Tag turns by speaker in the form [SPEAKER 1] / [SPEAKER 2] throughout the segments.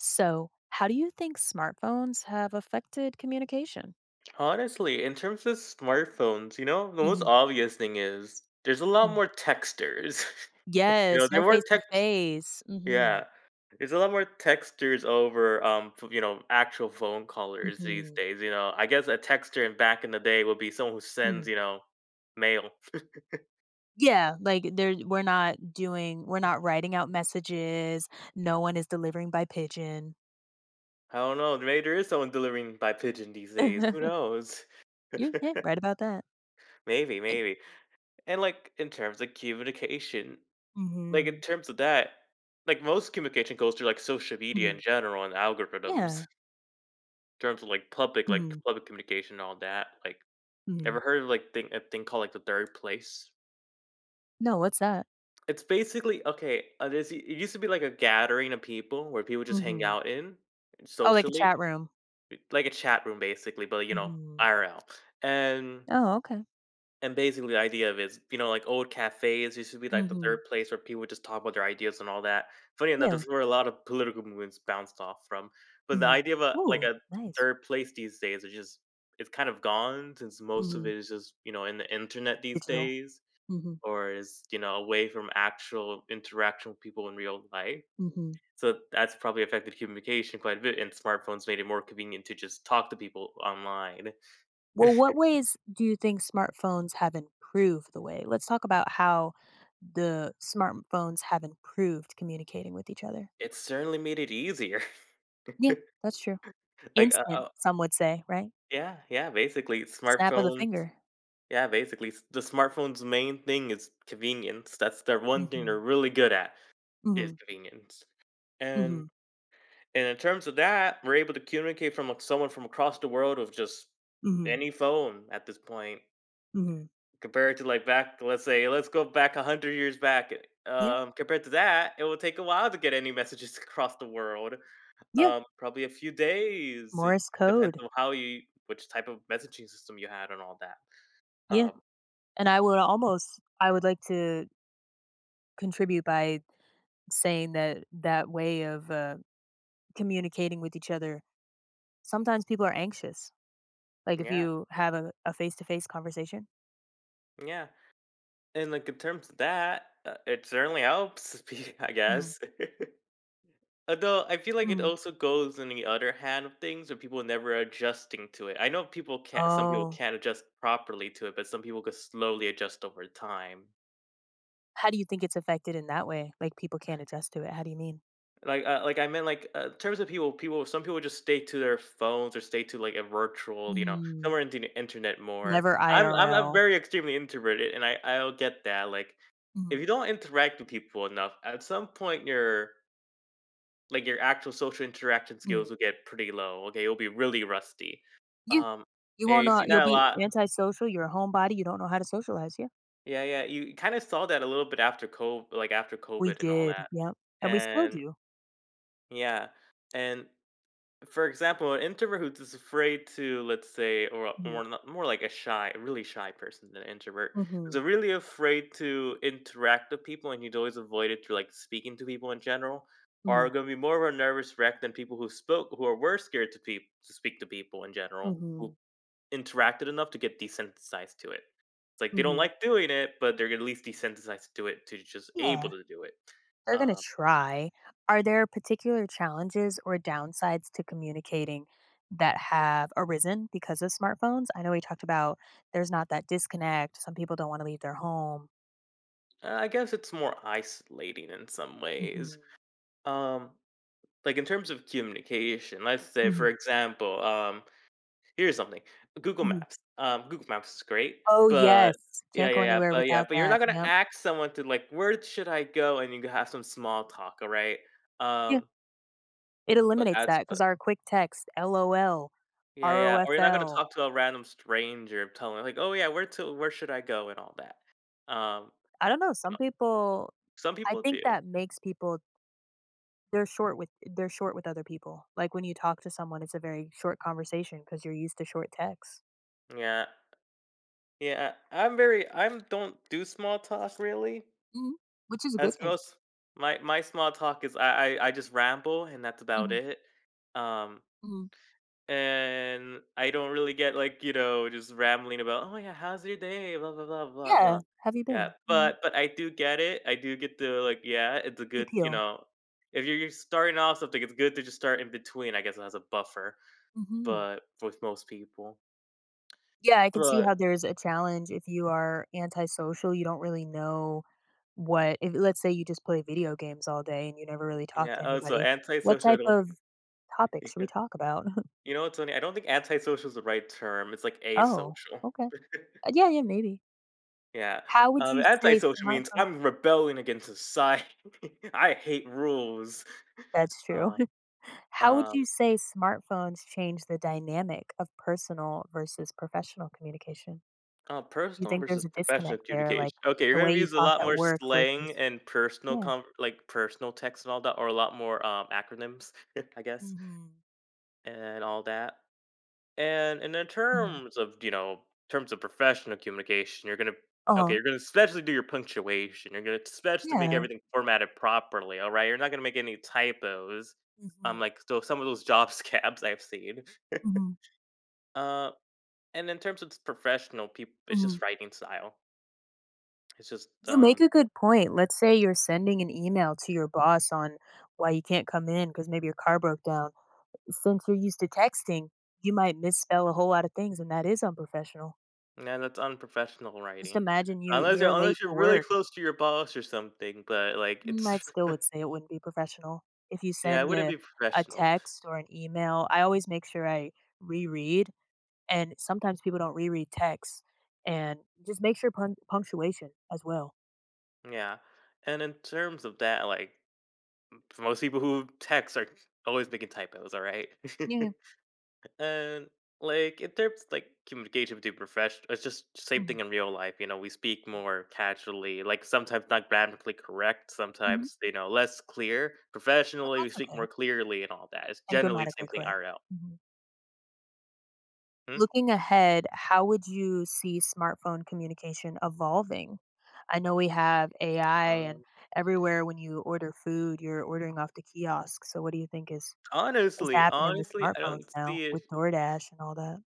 [SPEAKER 1] So, how do you think smartphones have affected communication?
[SPEAKER 2] Honestly, in terms of smartphones, you know, the most
[SPEAKER 1] Mhm,
[SPEAKER 2] obvious thing is there's a lot
[SPEAKER 1] mm.
[SPEAKER 2] more texters. You know,
[SPEAKER 1] Yes, no
[SPEAKER 2] there weren't
[SPEAKER 1] face to
[SPEAKER 2] text.
[SPEAKER 1] face.
[SPEAKER 2] Yeah,
[SPEAKER 1] Mhm.
[SPEAKER 2] there's a lot more texters over, you know, actual phone callers these
[SPEAKER 1] Mhm,
[SPEAKER 2] days. You know, I guess a texter in back in the day would be someone who sends,
[SPEAKER 1] mhm.
[SPEAKER 2] you know, mail.
[SPEAKER 1] Yeah, like, there we're not doing we're not writing out messages, no one is delivering by pigeon.
[SPEAKER 2] I don't know. Maybe there is someone delivering by pigeon these days. Who knows?
[SPEAKER 1] You yeah, right about that.
[SPEAKER 2] Maybe,
[SPEAKER 1] It.
[SPEAKER 2] maybe. And like in terms of communication. Like, in
[SPEAKER 1] Mhm,
[SPEAKER 2] terms of that, like, most communication goes through, like, social media
[SPEAKER 1] mhm.
[SPEAKER 2] in general and algorithms, in
[SPEAKER 1] Yeah.
[SPEAKER 2] terms of, like,
[SPEAKER 1] Mhm,
[SPEAKER 2] public communication and all that, like,
[SPEAKER 1] mhm.
[SPEAKER 2] ever heard of, like, thing a thing called, like, the third place?
[SPEAKER 1] No, what's that?
[SPEAKER 2] It's basically okay, there's it used to be, like, a gathering of people where people just hang
[SPEAKER 1] Mhm.
[SPEAKER 2] out in,
[SPEAKER 1] Oh, like a
[SPEAKER 2] socially,
[SPEAKER 1] chat room.
[SPEAKER 2] like a chat room, basically, but, you know,
[SPEAKER 1] Mhm.
[SPEAKER 2] IRL, and
[SPEAKER 1] Oh, okay.
[SPEAKER 2] And basically, the idea of is, you know, like old cafes used to be like the third
[SPEAKER 1] Mhm.
[SPEAKER 2] place where people would just talk about their ideas and all that. Funny enough,
[SPEAKER 1] Yeah.
[SPEAKER 2] that's where a lot of political movements bounced off from. But the
[SPEAKER 1] Mhm.
[SPEAKER 2] idea of a like
[SPEAKER 1] Ooh,
[SPEAKER 2] a
[SPEAKER 1] nice.
[SPEAKER 2] third place these days is just it's kind of gone since most of
[SPEAKER 1] Mhm.
[SPEAKER 2] it is just, you know, in the internet these
[SPEAKER 1] Digital.
[SPEAKER 2] days,
[SPEAKER 1] Mhm,
[SPEAKER 2] or is, you know, away from actual interaction with people in real life.
[SPEAKER 1] mhm.
[SPEAKER 2] So that's probably affected communication quite a bit, and smartphones made it more convenient to just talk to people online.
[SPEAKER 1] Well, what ways do you think smartphones have improved the way let's talk about how the smartphones have improved communicating with each other.
[SPEAKER 2] It certainly made it easier.
[SPEAKER 1] Yeah, that's true.
[SPEAKER 2] Like
[SPEAKER 1] Instant,
[SPEAKER 2] I,
[SPEAKER 1] some would say, right?
[SPEAKER 2] yeah, yeah, basically
[SPEAKER 1] Snap of the
[SPEAKER 2] smartphones
[SPEAKER 1] finger.
[SPEAKER 2] yeah, basically s the smartphone's main thing is convenience, that's their one thing they're
[SPEAKER 1] Mhm,
[SPEAKER 2] really good at is
[SPEAKER 1] mhm,
[SPEAKER 2] convenience, and
[SPEAKER 1] mhm,
[SPEAKER 2] and in terms of that, we're able to communicate from, like, someone from across the world with just
[SPEAKER 1] mhm,
[SPEAKER 2] any phone at this point
[SPEAKER 1] mhm.
[SPEAKER 2] compared to, like, back let's say let's go back 100 years back,
[SPEAKER 1] Yeah,
[SPEAKER 2] compared to that, it would take a while to get any messages across the world,
[SPEAKER 1] yeah.
[SPEAKER 2] probably a few days, it
[SPEAKER 1] Morse
[SPEAKER 2] depends
[SPEAKER 1] code.
[SPEAKER 2] on how you which type of messaging system you had and all that.
[SPEAKER 1] Yeah,
[SPEAKER 2] Um,
[SPEAKER 1] and I would almost I would like to contribute by saying that that way of, communicating with each other sometimes people are anxious. Like, if
[SPEAKER 2] yeah,
[SPEAKER 1] you have a face-to-face conversation?
[SPEAKER 2] yeah, and, like, in terms of that, it certainly helps, be I
[SPEAKER 1] Mm,
[SPEAKER 2] guess. Although, I feel like it
[SPEAKER 1] mhm.
[SPEAKER 2] also goes in the other hand of things where people never adjusting to it. I know people can't some people
[SPEAKER 1] Oh.
[SPEAKER 2] can't adjust properly to it, but some people could slowly adjust over time.
[SPEAKER 1] How do you think it's affected in that way? Like, people can't adjust to it, how do you mean?
[SPEAKER 2] Like I meant, like, in terms of people, some people just stay to their phones or stay to like a virtual, you know,
[SPEAKER 1] Mm.
[SPEAKER 2] somewhere into the internet more.
[SPEAKER 1] Never
[SPEAKER 2] I'm
[SPEAKER 1] IRL.
[SPEAKER 2] very extremely introverted, and I'll get that. Like, if you
[SPEAKER 1] Mhm,
[SPEAKER 2] don't interact with people enough, at some point your like your actual social interaction skills
[SPEAKER 1] mhm.
[SPEAKER 2] will get pretty low. Okay, you'll be really rusty.
[SPEAKER 1] Yeah.
[SPEAKER 2] Um,
[SPEAKER 1] You
[SPEAKER 2] yeah,
[SPEAKER 1] won't
[SPEAKER 2] you
[SPEAKER 1] know
[SPEAKER 2] see
[SPEAKER 1] You'll
[SPEAKER 2] that a
[SPEAKER 1] be
[SPEAKER 2] lot.
[SPEAKER 1] antisocial, you're a homebody, you don't know how to socialize, yeah.
[SPEAKER 2] Yeah, yeah, you kind of saw that a little bit after COVID, like after
[SPEAKER 1] We
[SPEAKER 2] COVID and all
[SPEAKER 1] did,
[SPEAKER 2] that.
[SPEAKER 1] yep, and we still
[SPEAKER 2] And
[SPEAKER 1] do.
[SPEAKER 2] yeah, and for example, an introvert who's just afraid to, let's say,
[SPEAKER 1] Mhm,
[SPEAKER 2] or not, more like a shy, a really shy person than an introvert, who's
[SPEAKER 1] mhm,
[SPEAKER 2] really afraid to interact with people, and he's always avoided to like speaking to people in general, are
[SPEAKER 1] mhm,
[SPEAKER 2] going to be more of a nervous wreck than people who spoke, who are were scared to people to speak to people in general, who
[SPEAKER 1] mhm,
[SPEAKER 2] interacted enough to get desensitized to it. It's like they don't
[SPEAKER 1] mhm.
[SPEAKER 2] like doing it, but they're at least desensitized to it, to just able
[SPEAKER 1] Yeah.
[SPEAKER 2] to do it.
[SPEAKER 1] They're going to
[SPEAKER 2] Um,
[SPEAKER 1] try. Are there particular challenges or downsides to communicating that have arisen because of smartphones? I know we talked about there's not that disconnect. Some people don't want to leave their home.
[SPEAKER 2] I guess it's more isolating in some ways.
[SPEAKER 1] Mhm.
[SPEAKER 2] Um, Like, in terms of communication, let's say, for
[SPEAKER 1] Mhm.
[SPEAKER 2] example, here's something, Google
[SPEAKER 1] Mhm.
[SPEAKER 2] Maps. Google Maps is great,
[SPEAKER 1] Oh,
[SPEAKER 2] but
[SPEAKER 1] yes.
[SPEAKER 2] yeah,
[SPEAKER 1] Can't
[SPEAKER 2] yeah,
[SPEAKER 1] go anywhere
[SPEAKER 2] yeah,
[SPEAKER 1] without
[SPEAKER 2] but you're not
[SPEAKER 1] that.
[SPEAKER 2] gonna
[SPEAKER 1] Yep.
[SPEAKER 2] ask someone to like, "Where should I go?" and you can have some small talk, alright?
[SPEAKER 1] Yeah.
[SPEAKER 2] Um,
[SPEAKER 1] It
[SPEAKER 2] but
[SPEAKER 1] eliminates
[SPEAKER 2] that's
[SPEAKER 1] that
[SPEAKER 2] but
[SPEAKER 1] because our quick text, LOL,
[SPEAKER 2] yeah, yeah, or you're not gonna
[SPEAKER 1] ROFL.
[SPEAKER 2] talk to a random stranger telling them, like, "Oh, yeah, where to where should I go?" and all that. Um,
[SPEAKER 1] Don't know.
[SPEAKER 2] you
[SPEAKER 1] Some
[SPEAKER 2] know,
[SPEAKER 1] people,
[SPEAKER 2] some
[SPEAKER 1] I
[SPEAKER 2] people
[SPEAKER 1] think
[SPEAKER 2] do.
[SPEAKER 1] that makes people. They're short with other people. Like, when you talk to someone, it's a very short conversation because 'cause you're used to short texts,
[SPEAKER 2] Yeah, yeah, I'm very I'm don't do small talk really,
[SPEAKER 1] mhm, which is a
[SPEAKER 2] as
[SPEAKER 1] good thing.
[SPEAKER 2] most my small talk is I just ramble and that's about
[SPEAKER 1] Mhm,
[SPEAKER 2] it. Um,
[SPEAKER 1] mhm.
[SPEAKER 2] and I don't really get like, you know, just rambling about, "Oh yeah, how's your day?" blah blah blah blah blah.
[SPEAKER 1] Yeah, "Have you
[SPEAKER 2] Yeah,
[SPEAKER 1] been?" Mm.
[SPEAKER 2] but I do get it. I do get the like, yeah, it's a
[SPEAKER 1] The
[SPEAKER 2] good, you
[SPEAKER 1] appeal.
[SPEAKER 2] know, if you're you're starting off something, it's good to just start in between. I guess it has a buffer,
[SPEAKER 1] Mhm.
[SPEAKER 2] but with most people.
[SPEAKER 1] Yeah, I can see how
[SPEAKER 2] But
[SPEAKER 1] there's a challenge if you are antisocial, you don't really know what if, let's say, you just play video games all day and you never really talk
[SPEAKER 2] yeah,
[SPEAKER 1] to
[SPEAKER 2] also
[SPEAKER 1] anybody, what
[SPEAKER 2] antisocial, I
[SPEAKER 1] type
[SPEAKER 2] don't
[SPEAKER 1] of topic
[SPEAKER 2] think
[SPEAKER 1] should we talk about?
[SPEAKER 2] you know what's funny? I don't think antisocial is the right term. It's like
[SPEAKER 1] "Oh,
[SPEAKER 2] asocial.
[SPEAKER 1] okay." Yeah, yeah, maybe.
[SPEAKER 2] Yeah,
[SPEAKER 1] How would you say
[SPEAKER 2] antisocial means
[SPEAKER 1] smartphone.
[SPEAKER 2] I'm rebelling against society. I hate rules.
[SPEAKER 1] That's true.
[SPEAKER 2] Uh,
[SPEAKER 1] How would
[SPEAKER 2] um,
[SPEAKER 1] you say smartphones change the dynamic of personal versus professional communication? Do you
[SPEAKER 2] personal
[SPEAKER 1] think
[SPEAKER 2] versus
[SPEAKER 1] there's a
[SPEAKER 2] professional
[SPEAKER 1] disconnect there, like
[SPEAKER 2] communication. Okay, you're
[SPEAKER 1] the way
[SPEAKER 2] gonna
[SPEAKER 1] you
[SPEAKER 2] use a
[SPEAKER 1] talk
[SPEAKER 2] lot
[SPEAKER 1] at
[SPEAKER 2] more
[SPEAKER 1] work
[SPEAKER 2] slang
[SPEAKER 1] versus.
[SPEAKER 2] and personal,
[SPEAKER 1] Yeah.
[SPEAKER 2] like personal text and all that, or a lot more acronyms, I guess,
[SPEAKER 1] Mhm.
[SPEAKER 2] and all that. And in
[SPEAKER 1] Mhm.
[SPEAKER 2] terms of, you know, terms of professional communication, you're gonna okay,
[SPEAKER 1] Oh,
[SPEAKER 2] you're gonna especially do your punctuation. You're gonna especially make
[SPEAKER 1] yeah.
[SPEAKER 2] everything formatted properly, all right? You're not gonna make any typos.
[SPEAKER 1] Mhm.
[SPEAKER 2] Like so some of those job scabs I've seen.
[SPEAKER 1] Mhm,
[SPEAKER 2] Uh, and in terms of professional people, it's
[SPEAKER 1] mhm.
[SPEAKER 2] just writing style. It's just
[SPEAKER 1] You make a good point. Let's say you're sending an email to your boss on why you can't come in because maybe your car broke down. Since you're used to texting, you might misspell a whole lot of things, and that is unprofessional.
[SPEAKER 2] yeah, that's unprofessional
[SPEAKER 1] Just
[SPEAKER 2] writing.
[SPEAKER 1] imagine you you're late
[SPEAKER 2] Unless you're
[SPEAKER 1] to
[SPEAKER 2] really
[SPEAKER 1] work.
[SPEAKER 2] close to your boss or something, but like
[SPEAKER 1] Mm, I
[SPEAKER 2] it's
[SPEAKER 1] still would say it wouldn't be professional. If you
[SPEAKER 2] yeah, it
[SPEAKER 1] send
[SPEAKER 2] wouldn't
[SPEAKER 1] a
[SPEAKER 2] be
[SPEAKER 1] a
[SPEAKER 2] professional.
[SPEAKER 1] text or an email, I always make sure I reread, and sometimes people don't reread texts, and just make sure punctuation as well.
[SPEAKER 2] Yeah. And in terms of that, like for most people who text are always making typos, all right?
[SPEAKER 1] Yeah.
[SPEAKER 2] and like in terms like communication between professional, it's just same
[SPEAKER 1] Hmm,
[SPEAKER 2] thing in real life. You know, we speak more casually, like sometimes not grammatically correct,
[SPEAKER 1] hmm.
[SPEAKER 2] sometimes you know less clear.
[SPEAKER 1] But
[SPEAKER 2] Professionally, we
[SPEAKER 1] that's
[SPEAKER 2] speak more
[SPEAKER 1] okay
[SPEAKER 2] clearly and all that. It's
[SPEAKER 1] and
[SPEAKER 2] generally the
[SPEAKER 1] grammatically
[SPEAKER 2] same thing
[SPEAKER 1] correct.
[SPEAKER 2] RL.
[SPEAKER 1] Mhm.
[SPEAKER 2] Hmm?
[SPEAKER 1] Looking ahead, how would you see smartphone communication evolving? I know we have AI, and
[SPEAKER 2] Um,
[SPEAKER 1] everywhere when you order food, you're ordering off the kiosk. So, what do you think is. It's happening with
[SPEAKER 2] honestly, I
[SPEAKER 1] smartphones
[SPEAKER 2] don't
[SPEAKER 1] now,
[SPEAKER 2] see it.
[SPEAKER 1] with DoorDash and all that.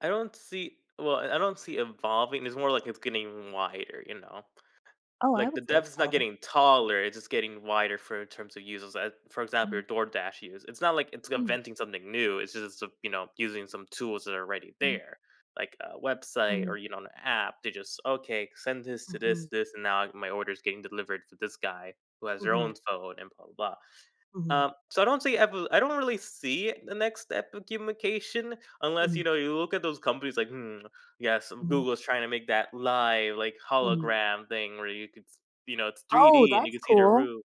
[SPEAKER 2] I don't see. Well, I don't see evolving. It's more like it's getting wider, you know.
[SPEAKER 1] Oh, I
[SPEAKER 2] Like, the
[SPEAKER 1] would say it's
[SPEAKER 2] dev's not
[SPEAKER 1] evolving.
[SPEAKER 2] getting taller, it's just getting wider for in terms of users, for example,
[SPEAKER 1] Mhm.
[SPEAKER 2] your DoorDash use. It's not like it's
[SPEAKER 1] Mm,
[SPEAKER 2] inventing something new, it's just, you know, using some tools that are already
[SPEAKER 1] mhm,
[SPEAKER 2] there, like a website
[SPEAKER 1] mm,
[SPEAKER 2] or, you know, an app They just, "Okay, send this to this,
[SPEAKER 1] mhm,
[SPEAKER 2] this, and now my order is getting delivered for this guy who has their own
[SPEAKER 1] mhm,
[SPEAKER 2] phone," and blah, blah, blah.
[SPEAKER 1] mhm,
[SPEAKER 2] So I don't see evo I don't really see the next step of gamification unless, you
[SPEAKER 1] mhm,
[SPEAKER 2] know, you look at those companies like, "Hmm, yes,
[SPEAKER 1] mhm,
[SPEAKER 2] Google's trying to make that live, like,
[SPEAKER 1] mhm.
[SPEAKER 2] hologram thing where you could s you know, it's
[SPEAKER 1] Oh,
[SPEAKER 2] 3D and you
[SPEAKER 1] that's
[SPEAKER 2] can see their
[SPEAKER 1] cool.
[SPEAKER 2] roof."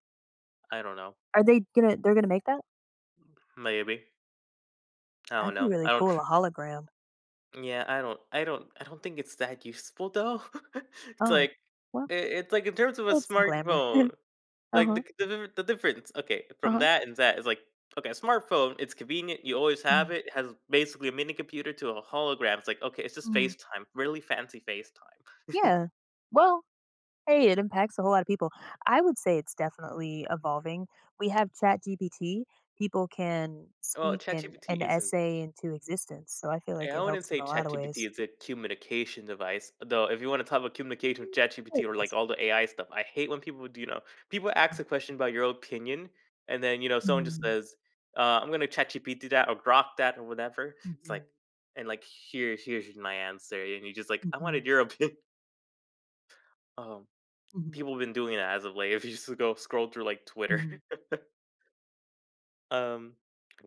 [SPEAKER 2] I don't know.
[SPEAKER 1] Are they gonna They're gonna make that?
[SPEAKER 2] Maybe. I don't
[SPEAKER 1] That'd be
[SPEAKER 2] know.
[SPEAKER 1] really
[SPEAKER 2] I don't
[SPEAKER 1] cool,
[SPEAKER 2] tr
[SPEAKER 1] a hologram.
[SPEAKER 2] yeah, I don't think it's that useful, though. It's like
[SPEAKER 1] Oh, well,
[SPEAKER 2] I it's like in terms of a
[SPEAKER 1] glitz and glamour.
[SPEAKER 2] smartphone, like
[SPEAKER 1] Uh-huh,
[SPEAKER 2] the differ the difference, okay, from
[SPEAKER 1] uh-huh.
[SPEAKER 2] that and that is like, okay, a smartphone, it's convenient, you always have
[SPEAKER 1] Mhm,
[SPEAKER 2] it, it has basically a mini computer to a hologram. It's like, okay, it's just
[SPEAKER 1] mhm.
[SPEAKER 2] FaceTime, really fancy FaceTime.
[SPEAKER 1] Yeah. Well. Hey, it impacts a whole lot of people. I would say it's definitely evolving. We have ChatGPT. People can
[SPEAKER 2] Well,
[SPEAKER 1] speak
[SPEAKER 2] ChatGPT
[SPEAKER 1] an
[SPEAKER 2] isn't
[SPEAKER 1] essay into existence. So I feel like
[SPEAKER 2] Yeah, I
[SPEAKER 1] it
[SPEAKER 2] wouldn't
[SPEAKER 1] helps in
[SPEAKER 2] say
[SPEAKER 1] a lot of
[SPEAKER 2] ChatGPT
[SPEAKER 1] ways.
[SPEAKER 2] is a communication device, though. If you want to talk about communication with
[SPEAKER 1] Mm, I
[SPEAKER 2] ChatGPT
[SPEAKER 1] think
[SPEAKER 2] or
[SPEAKER 1] it
[SPEAKER 2] like
[SPEAKER 1] is.
[SPEAKER 2] all the AI stuff, I hate when people do. You know, people ask a question about your opinion, and then you know someone just
[SPEAKER 1] Mhm,
[SPEAKER 2] says, "I'm gonna ChatGPT that or Grok that or whatever." It's like,
[SPEAKER 1] mhm,
[SPEAKER 2] and like here, here's my answer, and you just like, I wanted
[SPEAKER 1] mhm,
[SPEAKER 2] your opinion. Um,
[SPEAKER 1] mhm,
[SPEAKER 2] people have been doing that as of late. If you just go scroll through like Twitter,
[SPEAKER 1] mhm,
[SPEAKER 2] um,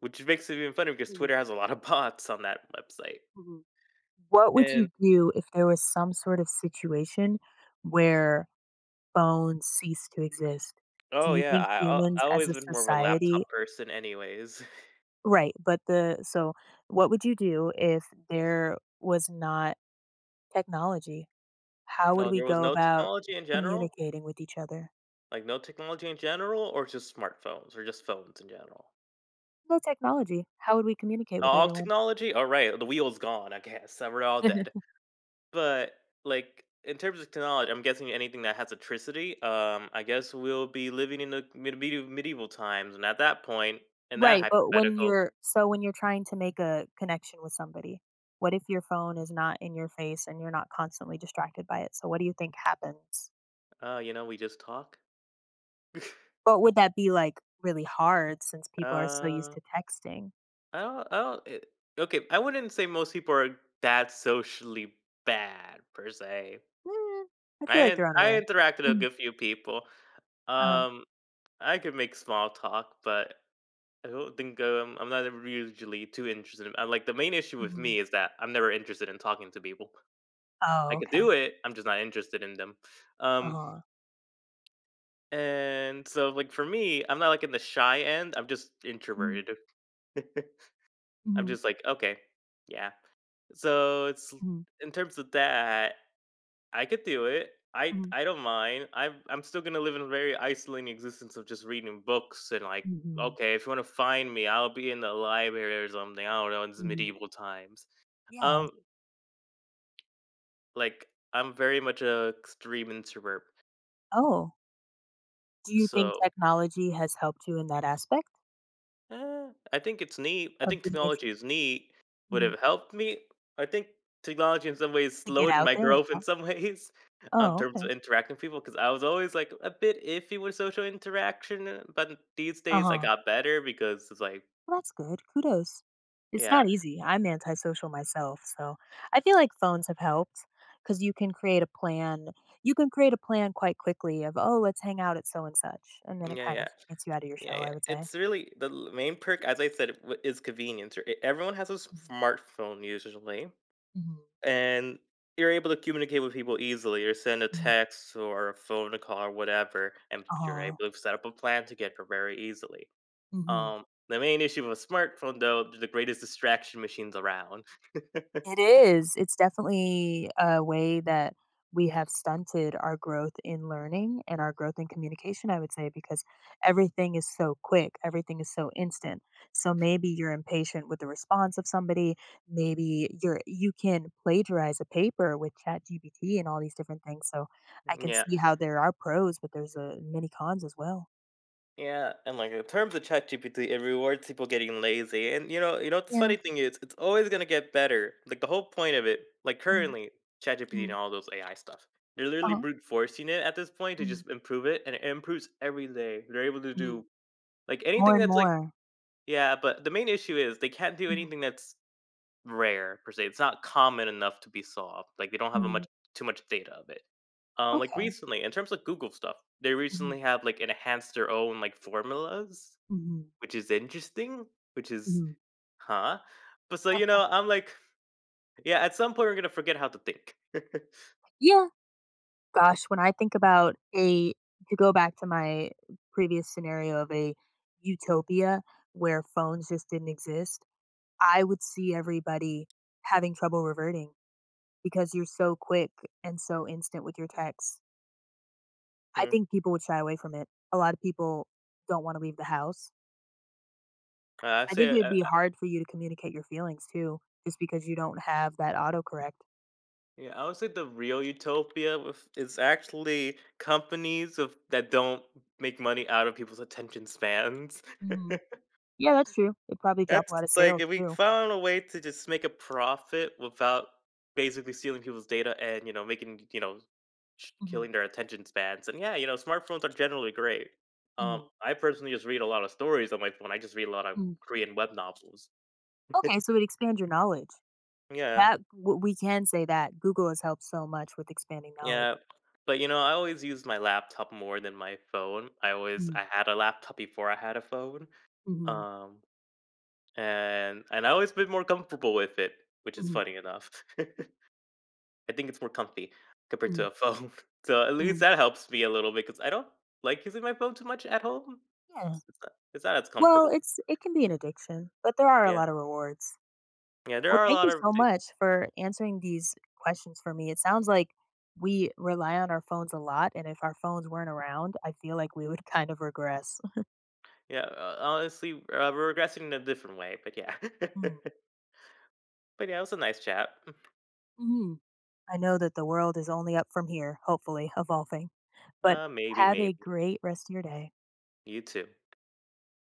[SPEAKER 2] which makes it even funnier because
[SPEAKER 1] mhm,
[SPEAKER 2] Twitter has a lot of bots on that website.
[SPEAKER 1] mhm. What would you do if there was some sort of situation where phones cease to exist? Do
[SPEAKER 2] Oh,
[SPEAKER 1] you
[SPEAKER 2] yeah,
[SPEAKER 1] think
[SPEAKER 2] I I
[SPEAKER 1] humans
[SPEAKER 2] I
[SPEAKER 1] as
[SPEAKER 2] always
[SPEAKER 1] a
[SPEAKER 2] been more of a
[SPEAKER 1] society.
[SPEAKER 2] laptop person anyways.
[SPEAKER 1] Right, but the so what would you do if there was not technology? How would
[SPEAKER 2] No,
[SPEAKER 1] we
[SPEAKER 2] there was
[SPEAKER 1] go
[SPEAKER 2] no
[SPEAKER 1] about
[SPEAKER 2] technology in general,
[SPEAKER 1] communicating with each other?
[SPEAKER 2] like, no technology in general or just smartphones or just phones in general.
[SPEAKER 1] No technology. How would we communicate with
[SPEAKER 2] All
[SPEAKER 1] everyone?
[SPEAKER 2] technology? Alright, the wheel's gone, I guess, we're all dead. But, like, in terms of technology, I'm guessing anything that has electricity, I guess we'll be living in the medieval times, and at that point, in that
[SPEAKER 1] Right, but
[SPEAKER 2] hypothetical,
[SPEAKER 1] when you're trying to make a connection with somebody, what if your phone is not in your face and you're not constantly distracted by it? So what do you think happens?
[SPEAKER 2] you know, we just talk?
[SPEAKER 1] But would that be like really hard since people are so used
[SPEAKER 2] Uh
[SPEAKER 1] to texting?
[SPEAKER 2] I don't. I don't. It, okay, I wouldn't say most people are that socially bad per se.
[SPEAKER 1] Mm, I feel like they're
[SPEAKER 2] I
[SPEAKER 1] unaware.
[SPEAKER 2] interacted with a
[SPEAKER 1] Mhm.
[SPEAKER 2] good few people. Um, I could make small talk, but I don't think I'm not usually too interested. In, like the main issue with
[SPEAKER 1] Mhm.
[SPEAKER 2] me is that I'm never interested in talking to people. I
[SPEAKER 1] Oh,
[SPEAKER 2] could do
[SPEAKER 1] okay.
[SPEAKER 2] it. I'm just not interested in them. Um,
[SPEAKER 1] Uh-huh.
[SPEAKER 2] and so like for me, I'm not like in the shy end. I'm just
[SPEAKER 1] Mhm,
[SPEAKER 2] introverted. I'm
[SPEAKER 1] mhm,
[SPEAKER 2] just like okay, yeah. So it's
[SPEAKER 1] mhm,
[SPEAKER 2] in terms of that, I could do it. I
[SPEAKER 1] mhm.
[SPEAKER 2] I don't mind. I'm still gonna live in a very isolating existence of just reading books and like,
[SPEAKER 1] Mhm,
[SPEAKER 2] okay, if you wanna find me, I'll be in the library or something. I don't know, it's
[SPEAKER 1] mhm.
[SPEAKER 2] medieval times.
[SPEAKER 1] Yeah.
[SPEAKER 2] Um, like, I'm very much a extreme introvert.
[SPEAKER 1] Oh, do you think
[SPEAKER 2] So
[SPEAKER 1] technology has helped you in that aspect
[SPEAKER 2] I think it's neat. I
[SPEAKER 1] of
[SPEAKER 2] think
[SPEAKER 1] being intro
[SPEAKER 2] technology is neat. Would
[SPEAKER 1] mhm,
[SPEAKER 2] have helped me. I think technology in some ways
[SPEAKER 1] to get
[SPEAKER 2] slowed
[SPEAKER 1] out
[SPEAKER 2] my
[SPEAKER 1] there and
[SPEAKER 2] growth in
[SPEAKER 1] talk?
[SPEAKER 2] some ways, in
[SPEAKER 1] Oh,
[SPEAKER 2] terms of
[SPEAKER 1] okay.
[SPEAKER 2] interacting with people. Because I was always like a bit iffy with social interaction, but these days I
[SPEAKER 1] Uh-huh.
[SPEAKER 2] got better because it's like,
[SPEAKER 1] Well, that's good. Kudos. It's
[SPEAKER 2] yeah,
[SPEAKER 1] not easy. I'm antisocial myself, so I feel like phones have helped because you can create a plan. You can create a plan quite quickly of, "Oh, let's hang out at so and such," and then it
[SPEAKER 2] yeah,
[SPEAKER 1] kind
[SPEAKER 2] yeah,
[SPEAKER 1] of gets you out of your
[SPEAKER 2] yeah,
[SPEAKER 1] shell,
[SPEAKER 2] yeah.
[SPEAKER 1] I would say.
[SPEAKER 2] It's really the main perk, as I said, is convenience. Everyone has a
[SPEAKER 1] Mhm,
[SPEAKER 2] smartphone usually,
[SPEAKER 1] mhm,
[SPEAKER 2] and you're able to communicate with people easily or send a
[SPEAKER 1] mhm.
[SPEAKER 2] text or a phone call or whatever, and you're
[SPEAKER 1] Uh-huh.
[SPEAKER 2] able to set up a plan together very easily.
[SPEAKER 1] Mhm.
[SPEAKER 2] The main issue with a smartphone though, the greatest distraction machines around.
[SPEAKER 1] It is. It's definitely a way that we have stunted our growth in learning and our growth in communication, I would say, because everything is so quick, everything is so instant. So maybe you're impatient with the response of somebody. Maybe you're You can plagiarize a paper with ChatGPT and all these different things. So I can
[SPEAKER 2] yeah
[SPEAKER 1] see how there are pros, but there's many cons as well.
[SPEAKER 2] yeah, and like in terms of ChatGPT, it rewards people getting lazy, and you know what the
[SPEAKER 1] Yeah.
[SPEAKER 2] funny thing is, it's always going to get better, like the whole point of it. Like
[SPEAKER 1] Mm,
[SPEAKER 2] currently ChatGPT and
[SPEAKER 1] mm,
[SPEAKER 2] all those AI stuff, they're literally
[SPEAKER 1] uh-huh.
[SPEAKER 2] brute forcing it at this point to
[SPEAKER 1] Mm,
[SPEAKER 2] just improve it, and it improves every day. They're able to
[SPEAKER 1] mm.
[SPEAKER 2] do, like,
[SPEAKER 1] More
[SPEAKER 2] anything
[SPEAKER 1] and
[SPEAKER 2] that's like,
[SPEAKER 1] more.
[SPEAKER 2] yeah, but the main issue is they can't do
[SPEAKER 1] Mm,
[SPEAKER 2] anything that's rare per se. It's not common enough to be solved, like, they don't have a much
[SPEAKER 1] mm.
[SPEAKER 2] too much data of it. Like,
[SPEAKER 1] Okay.
[SPEAKER 2] recently, in terms of Google stuff, they recently have, like, enhanced their own, like, formulas,
[SPEAKER 1] Mm-hmm.
[SPEAKER 2] which is interesting, which is
[SPEAKER 1] Mhm.
[SPEAKER 2] huh? But so, you
[SPEAKER 1] Uh,
[SPEAKER 2] know, I'm like, yeah, at some point, we're gonna forget how to think.
[SPEAKER 1] yeah. Gosh, when I think about a to go back to my previous scenario of a utopia where phones just didn't exist, I would see everybody having trouble reverting because you're so quick and so instant with your texts. I
[SPEAKER 2] Hmm.
[SPEAKER 1] think people would shy away from it. A lot of people don't want to leave the house.
[SPEAKER 2] I
[SPEAKER 1] I think it
[SPEAKER 2] say
[SPEAKER 1] would be hard for you to communicate your feelings too, just because you don't have that autocorrect.
[SPEAKER 2] yeah, I would say the real utopia with is actually companies of that don't make money out of people's attention spans.
[SPEAKER 1] Mhm. Yeah, that's true. It'd probably drop
[SPEAKER 2] That's
[SPEAKER 1] a lot of
[SPEAKER 2] like
[SPEAKER 1] sales
[SPEAKER 2] if we
[SPEAKER 1] too.
[SPEAKER 2] found a way to just make a profit without basically stealing people's data, and you know, making, you know,
[SPEAKER 1] Mhm.
[SPEAKER 2] killing their attention spans. And yeah, you know, smartphones are generally great.
[SPEAKER 1] Mhm.
[SPEAKER 2] I personally just read a lot of stories on my phone. I just read a lot of
[SPEAKER 1] Mhm.
[SPEAKER 2] Korean web novels.
[SPEAKER 1] Okay, so it expands your knowledge.
[SPEAKER 2] Yeah.
[SPEAKER 1] That w we can say that Google has helped so much with expanding knowledge.
[SPEAKER 2] Yeah, but, you know, I always use my laptop more than my phone.
[SPEAKER 1] Mm,
[SPEAKER 2] I had a laptop before I had a phone,
[SPEAKER 1] mhm,
[SPEAKER 2] um, and I always been more comfortable with it, which is
[SPEAKER 1] mhm,
[SPEAKER 2] funny enough. I think it's more comfy compared to
[SPEAKER 1] mm,
[SPEAKER 2] a phone. So at least
[SPEAKER 1] mm.
[SPEAKER 2] that helps me a little bit because I don't like using my phone too much at home.
[SPEAKER 1] Yeah.
[SPEAKER 2] It's not as
[SPEAKER 1] Well,
[SPEAKER 2] comfortable.
[SPEAKER 1] it's, it can be an addiction, but there are a
[SPEAKER 2] Yeah.
[SPEAKER 1] lot of rewards.
[SPEAKER 2] Yeah, there
[SPEAKER 1] Well,
[SPEAKER 2] are a
[SPEAKER 1] thank
[SPEAKER 2] lot
[SPEAKER 1] you
[SPEAKER 2] of
[SPEAKER 1] so
[SPEAKER 2] d
[SPEAKER 1] much for answering these questions for me. It sounds like we rely on our phones a lot, and if our phones weren't around, I feel like we would kind of regress.
[SPEAKER 2] yeah, honestly, we're regressing in a different way, but yeah.
[SPEAKER 1] Mm,
[SPEAKER 2] But yeah, it was a nice chat.
[SPEAKER 1] mhm. I know that the world is only up from here, hopefully evolving. But
[SPEAKER 2] Maybe,
[SPEAKER 1] have a
[SPEAKER 2] maybe.
[SPEAKER 1] great rest of your day.
[SPEAKER 2] You too.